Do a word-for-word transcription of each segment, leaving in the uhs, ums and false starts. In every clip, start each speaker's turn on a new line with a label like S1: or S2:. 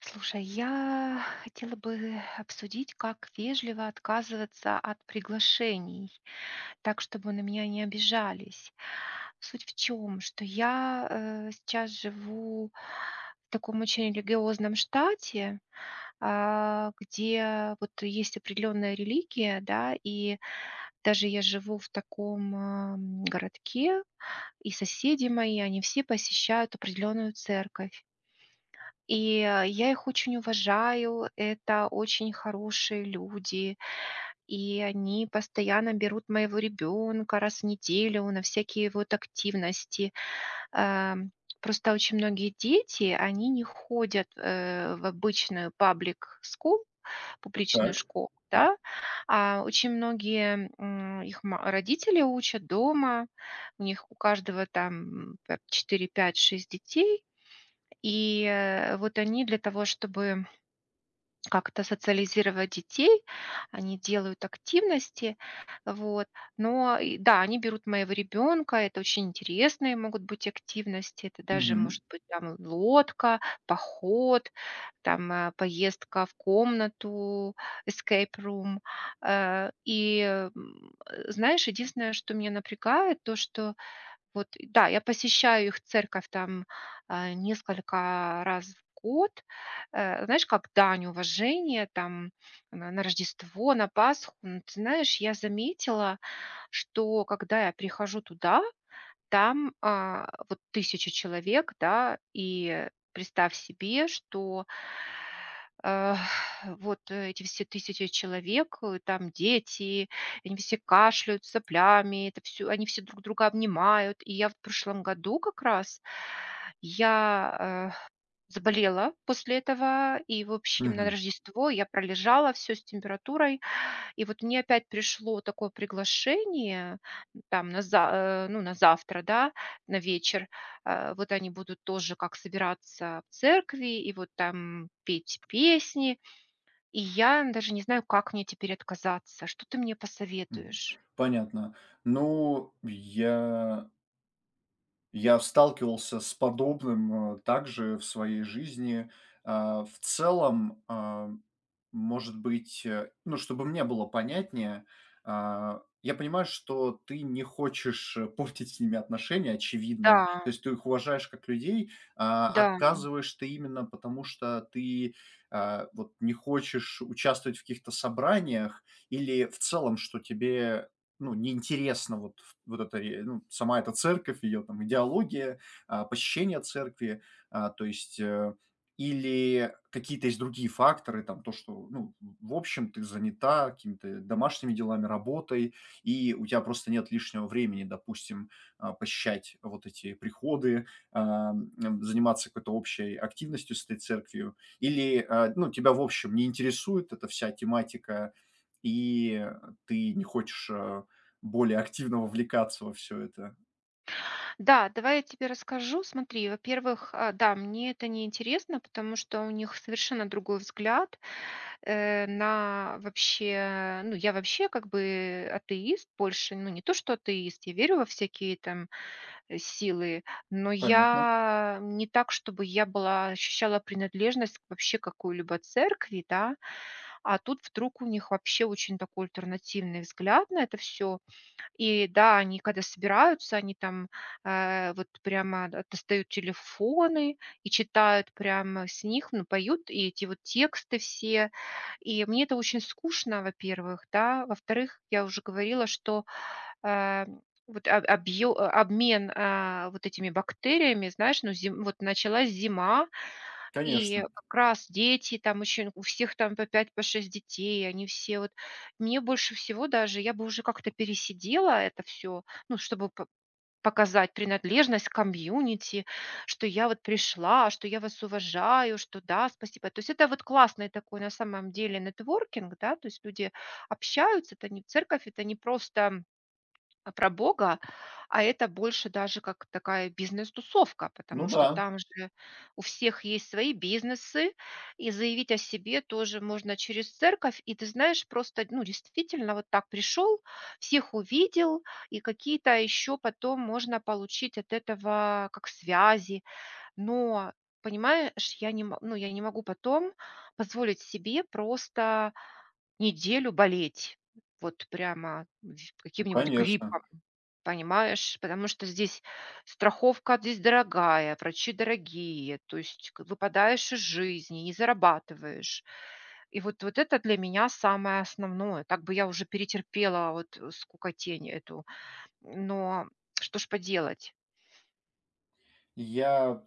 S1: Слушай, я хотела бы обсудить, как вежливо отказываться от приглашений, так, чтобы на меня не обижались. Суть в чем, что я э, сейчас живу в таком очень религиозном штате, а, где вот есть определенная религия, да, и даже я живу в таком а, м, городке, и соседи мои, они все посещают определенную церковь. И, э, я их очень уважаю. Это очень хорошие люди, и они постоянно берут моего ребенка раз в неделю на всякие вот активности. Эм, просто очень многие дети, они не ходят, э, в обычную паблик school, публичную
S2: Так.
S1: школу, да. А очень многие, м, их ма родители учат дома, у них у каждого там, четыре, пять, шесть детей. И, э, вот они для того, чтобы как-то социализировать детей, они делают активности. Вот, но и да, они берут моего ребенка. Это очень интересные могут быть активности. Это даже
S2: Мгм.
S1: может быть там лодка, поход, там, э, поездка в комнату, escape room. Э, и, м, э, знаешь, единственное, что меня напрягает, то, что вот, и да, я посещаю их церковь там, а, несколько раз в год, э, знаешь, как дань уважения там, на на Рождество, на Пасху. Но ты знаешь, я заметила, что когда я прихожу туда, там, а, вот тысяча человек, да, и представь себе, что, а, вот эти все тысячи человек, э, там дети, они все кашляют соплями, это все, они все друг друга обнимают. И я в прошлом году как раз, я, э, заболела после этого, и, в общем, на
S2: Мгм.
S1: Рождество я пролежала все с температурой. И вот мне опять пришло такое приглашение, м, там, на за э, ну, на завтра, да, на вечер. Э, вот они будут тоже как собираться в церкви и вот там петь песни. И я даже не знаю, как мне теперь отказаться. Что ты мне
S2: Мгм.
S1: посоветуешь?
S2: Понятно. Ну, я я сталкивался с подобным, э, также в своей жизни. А, в целом, а, может быть, э, ну, чтобы мне было понятнее, а, я понимаю, что ты не хочешь, э, портить с ними отношения, очевидно. То
S1: Да,
S2: есть ты их уважаешь как людей, а
S1: да.
S2: отказываешь ты именно потому, что ты, а, вот не хочешь участвовать в каких-то собраниях или в целом, что тебе ну, неинтересно вот вот эта ре ну, сама эта церковь, её там идеология, а, посещение церкви, а, то есть, э, или какие-то есть другие факторы, там то, что, ну, в общем, ты занята какими-то домашними делами, работой, и у тебя просто нет лишнего времени, допустим, а, посещать вот эти приходы, ам, м, заниматься какой-то общей активностью с этой церковью, или, а, ну, тебя, в общем, не интересует эта вся тематика, и ты не хочешь, э более активно вовлекаться во всё это.
S1: Да, давай я тебе расскажу. Смотри, во-первых, а, да, мне это не интересно, потому что у них совершенно другой взгляд, э, на вообще, ну, я вообще как бы атеист больше, ну, не то, что атеист, я верю во всякие там, э, силы, но
S2: Понятно.
S1: я не так, чтобы я была, ощущала принадлежность к вообще какой-либо церкви, да, а тут вдруг у них вообще очень такой альтернативный взгляд на это все, и да, они когда собираются, они там, э, вот прямо д достают телефоны и читают прямо с них, ну, поют и эти вот тексты все. И мне это очень скучно, во-первых, да. Во-вторых, я уже говорила, что Э, вот об объё а, обмен, а, вот этими бактериями, знаешь, ну, зим вот началась зима, и
S2: Конечно.
S1: как раз дети там еще, у всех там по пять по шесть детей, они все вот. Мне больше всего даже, я бы уже как-то пересидела это все, ну, чтобы по показать принадлежность к комьюнити, что я вот пришла, что я вас уважаю, что да, спасибо. То есть это вот классный такой на самом деле нетворкинг, да, то есть люди общаются, это не церковь, это не просто а про Бога, а это больше даже как такая бизнес-тусовка,
S2: Ну
S1: потому что
S2: да,
S1: там же у всех есть свои бизнесы, и заявить о себе тоже можно через церковь. И ты знаешь, просто, ну, действительно, вот так пришел, всех увидел, и какие-то еще потом можно получить от этого как связи. Но понимаешь, я не, мо- ну, я не могу потом позволить себе просто неделю болеть. Вот прямо в-
S2: ну
S1: каким-нибудь
S2: конечно.
S1: гриппом. Понимаешь? Потому что здесь страховка здесь дорогая, врачи дорогие, то есть к выпадаешь из жизни, не зарабатываешь. И вот, вот это для меня самое основное. Так бы я уже перетерпела вот, э, скукотень эту, но что ж поделать?
S2: Я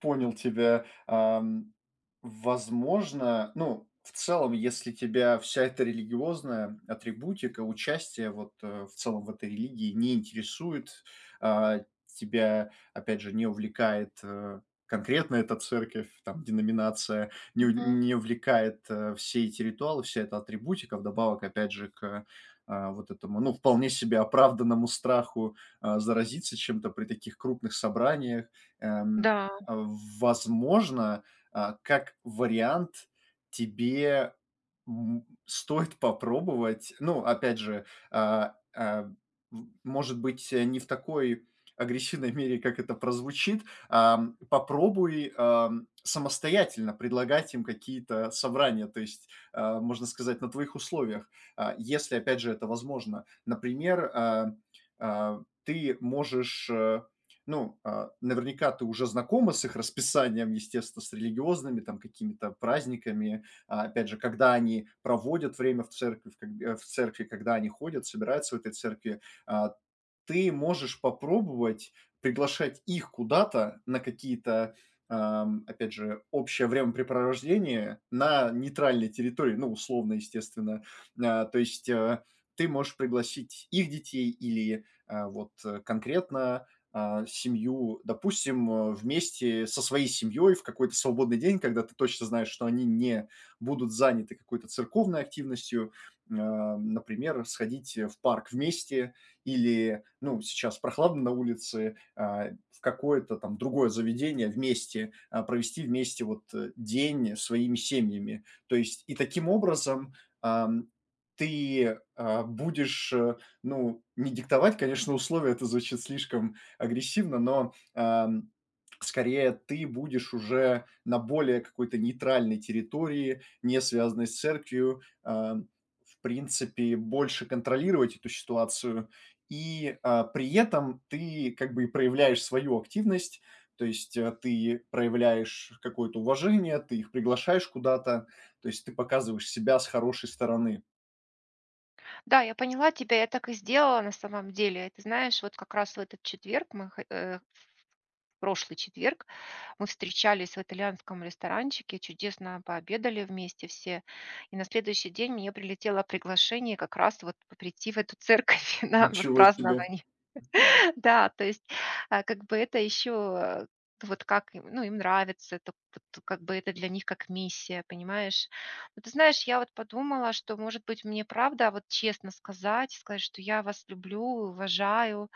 S2: Понял тебя. Ам, возможно, ну, в целом, если тебя вся эта религиозная атрибутика, участие вот э, в целом в этой религии не интересует, а, тебя, опять же, не увлекает э, конкретно эта церковь, там, деноминация, не, у-
S1: Мгм.
S2: не увлекает э, все эти ритуалы, вся эта атрибутика, вдобавок, опять же, к а, вот этому, ну, вполне себе оправданному страху а, заразиться чем-то при таких крупных собраниях, эм,
S1: Да.
S2: а, возможно, а, как вариант, тебе М, стоит попробовать. Ну, опять же, а, а, м, может быть, э, не в такой агрессивной мере, как это прозвучит. Ам, попробуй, ам, самостоятельно предлагать им какие-то собрания, то есть, а, можно сказать, на твоих условиях, а, если, опять же, это возможно. Например, а, а, ты можешь, э, ну, а, наверняка ты уже знакома с их расписанием, естественно, с религиозными там какими-то праздниками, а, опять же, когда они проводят время в церкви, в э, в церкви, когда они ходят, собираются в этой церкви, а, ты можешь попробовать приглашать их куда-то на какие-то, ам, опять же, общее времяпрепровождение на нейтральной территории, ну, условно, естественно. А, то есть, э, Ты можешь пригласить их детей или, а, вот, э, конкретно, а, семью, допустим, э, вместе со своей семьей в какой-то свободный день, когда ты точно знаешь, что они не будут заняты какой-то церковной активностью, а, например, сходить, э, в парк вместе, или, ну, сейчас прохладно на улице, а, в какое-то там другое заведение вместе, а, провести вместе вот, э, день своими семьями. То есть и таким образом, ам, ты, а, будешь, э, ну, не диктовать, конечно, условия, это звучит слишком агрессивно, но, ам, скорее ты будешь уже на более какой-то нейтральной территории, не связанной с церковью, ам, в принципе, больше контролировать эту ситуацию. И, а, при этом ты как бы и проявляешь свою активность, то есть, э, ты проявляешь какое-то уважение, ты их приглашаешь куда-то, то есть ты показываешь себя с хорошей стороны.
S1: Да, я поняла тебя, я так и сделала на самом деле. Ты знаешь, вот как раз в этот четверг мы хо э, в прошлый четверг мы встречались в итальянском ресторанчике, чудесно пообедали вместе все. И на следующий день мне прилетело приглашение как раз вот прийти в эту церковь на
S2: Ничего себе!
S1: празднование, да, то есть, а, как бы это еще, э, вот как им, ну, им нравится, это вот как бы это для них как миссия, понимаешь? Но ты знаешь, я вот подумала, что, может быть, мне правда вот честно сказать, сказать, что я вас люблю, уважаю,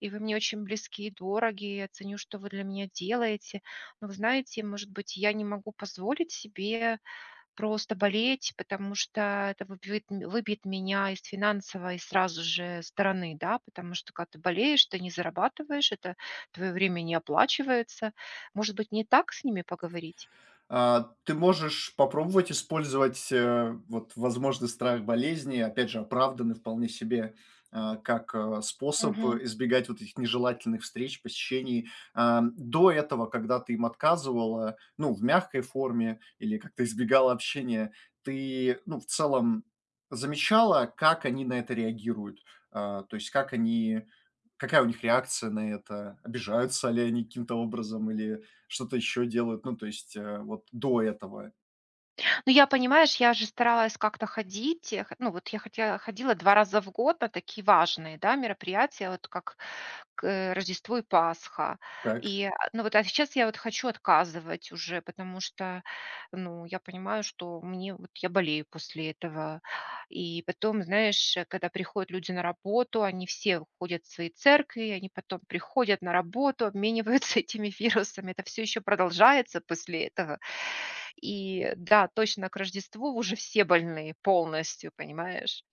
S1: и вы мне очень близки и дороги, я ценю, что вы для меня делаете. Но вы знаете, может быть, я не могу позволить себе просто болеть, потому что это выбьет м выбьет меня из финансовой сразу же стороны, да. Потому что когда ты болеешь, ты не зарабатываешь, это твое время не оплачивается. Может быть, не так с ними поговорить?
S2: А, ты можешь попробовать использовать, э, вот, возможный страх болезни, опять же, оправданный вполне себе, а, как, а, способ избегать вот этих нежелательных встреч, посещений. А, до этого, когда ты им отказывала, ну, в мягкой форме или как-то избегала общения, ты, ну, в целом замечала, как они на это реагируют? А, то есть как они какая у них реакция на это? Обижаются ли они каким-то образом или что-то еще делают, ну, то есть, э, вот до этого,
S1: Ну, я, понимаешь, я же старалась как-то ходить. Я хо- ну, вот я хотя ходила два раза в год на такие важные, да, мероприятия, вот как, к, э, Рождество и Пасха.
S2: так?
S1: И, а, ну, вот, а сейчас я вот хочу отказывать уже, потому что, ну, я понимаю, что мне, вот я болею после этого. И потом, знаешь, э, когда приходят люди на работу, они все уходят в свои церкви, они потом приходят на работу, обмениваются этими вирусами. Это все еще продолжается после этого. И да, точно к Рождеству уже все больны полностью, понимаешь?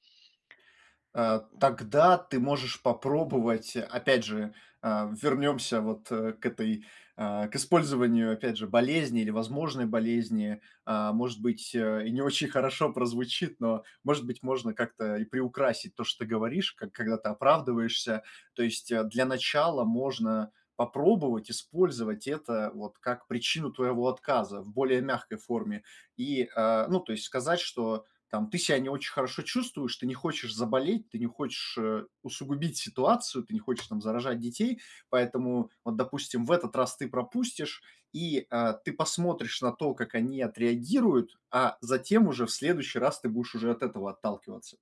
S2: Э, тогда ты можешь попробовать, э, опять же, э, вернемся вот, э, к этой, э, к использованию, опять же, болезни или возможной болезни. А, может быть, э, и не очень хорошо прозвучит, но, может быть, можно как-то и приукрасить то, что ты говоришь, как когда ты оправдываешься. То есть, э, для начала можно попробовать использовать это вот как причину твоего отказа в более мягкой форме. И, э, ну, то есть сказать, что там ты себя не очень хорошо чувствуешь, ты не хочешь заболеть, ты не хочешь, э, усугубить ситуацию, ты не хочешь там заражать детей. Поэтому вот, допустим, в этот раз ты пропустишь, и, э, ты посмотришь на то, как они отреагируют, а затем уже в следующий раз ты будешь уже от этого отталкиваться.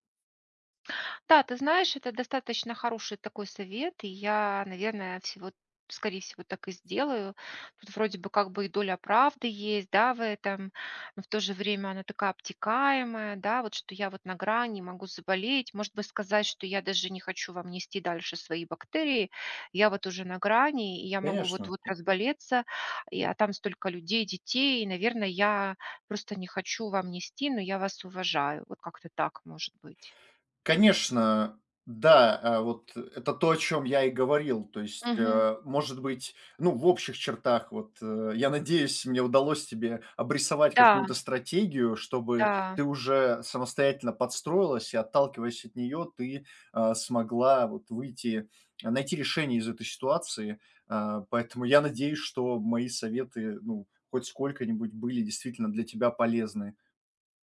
S1: Да, ты знаешь, это достаточно хороший такой совет, и я, наверное, всего скорее всего, так и сделаю. Тут вроде бы как бы и доля правды есть, да, в этом, но в то же время она такая обтекаемая, да, вот что я вот на грани могу заболеть, может быть, сказать, что я даже не хочу вам нести дальше свои бактерии, я вот уже на грани, и я могу
S2: Конечно.
S1: вот-вот разболеться, и, а там столько людей, детей, и, наверное, я просто не хочу вам нести, но я вас уважаю. Вот как-то так может быть.
S2: Конечно, да, а, вот это то, о чем я и говорил. То есть, э, может быть, ну, в общих чертах, вот, э, я надеюсь, мне удалось тебе обрисовать
S1: Да,
S2: какую-то стратегию, чтобы
S1: да,
S2: ты уже самостоятельно подстроилась и, отталкиваясь от нее ты, а, смогла вот выйти, а, найти решение из этой ситуации. А, поэтому я надеюсь, что мои советы, ну, хоть сколько-нибудь были действительно для тебя полезны.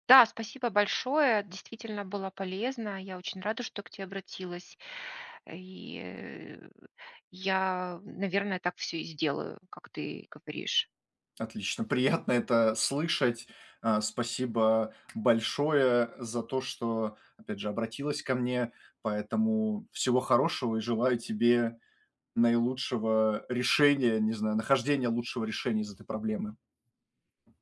S1: да, спасибо большое. Действительно было полезно. Я очень рада, что к тебе обратилась. И э, я, наверное, так все и сделаю, как ты говоришь.
S2: Отлично, приятно это слышать. А, Спасибо большое за то, что, опять же, обратилась ко мне. Поэтому всего хорошего и желаю тебе наилучшего решения, не знаю, нахождения лучшего решения из этой проблемы.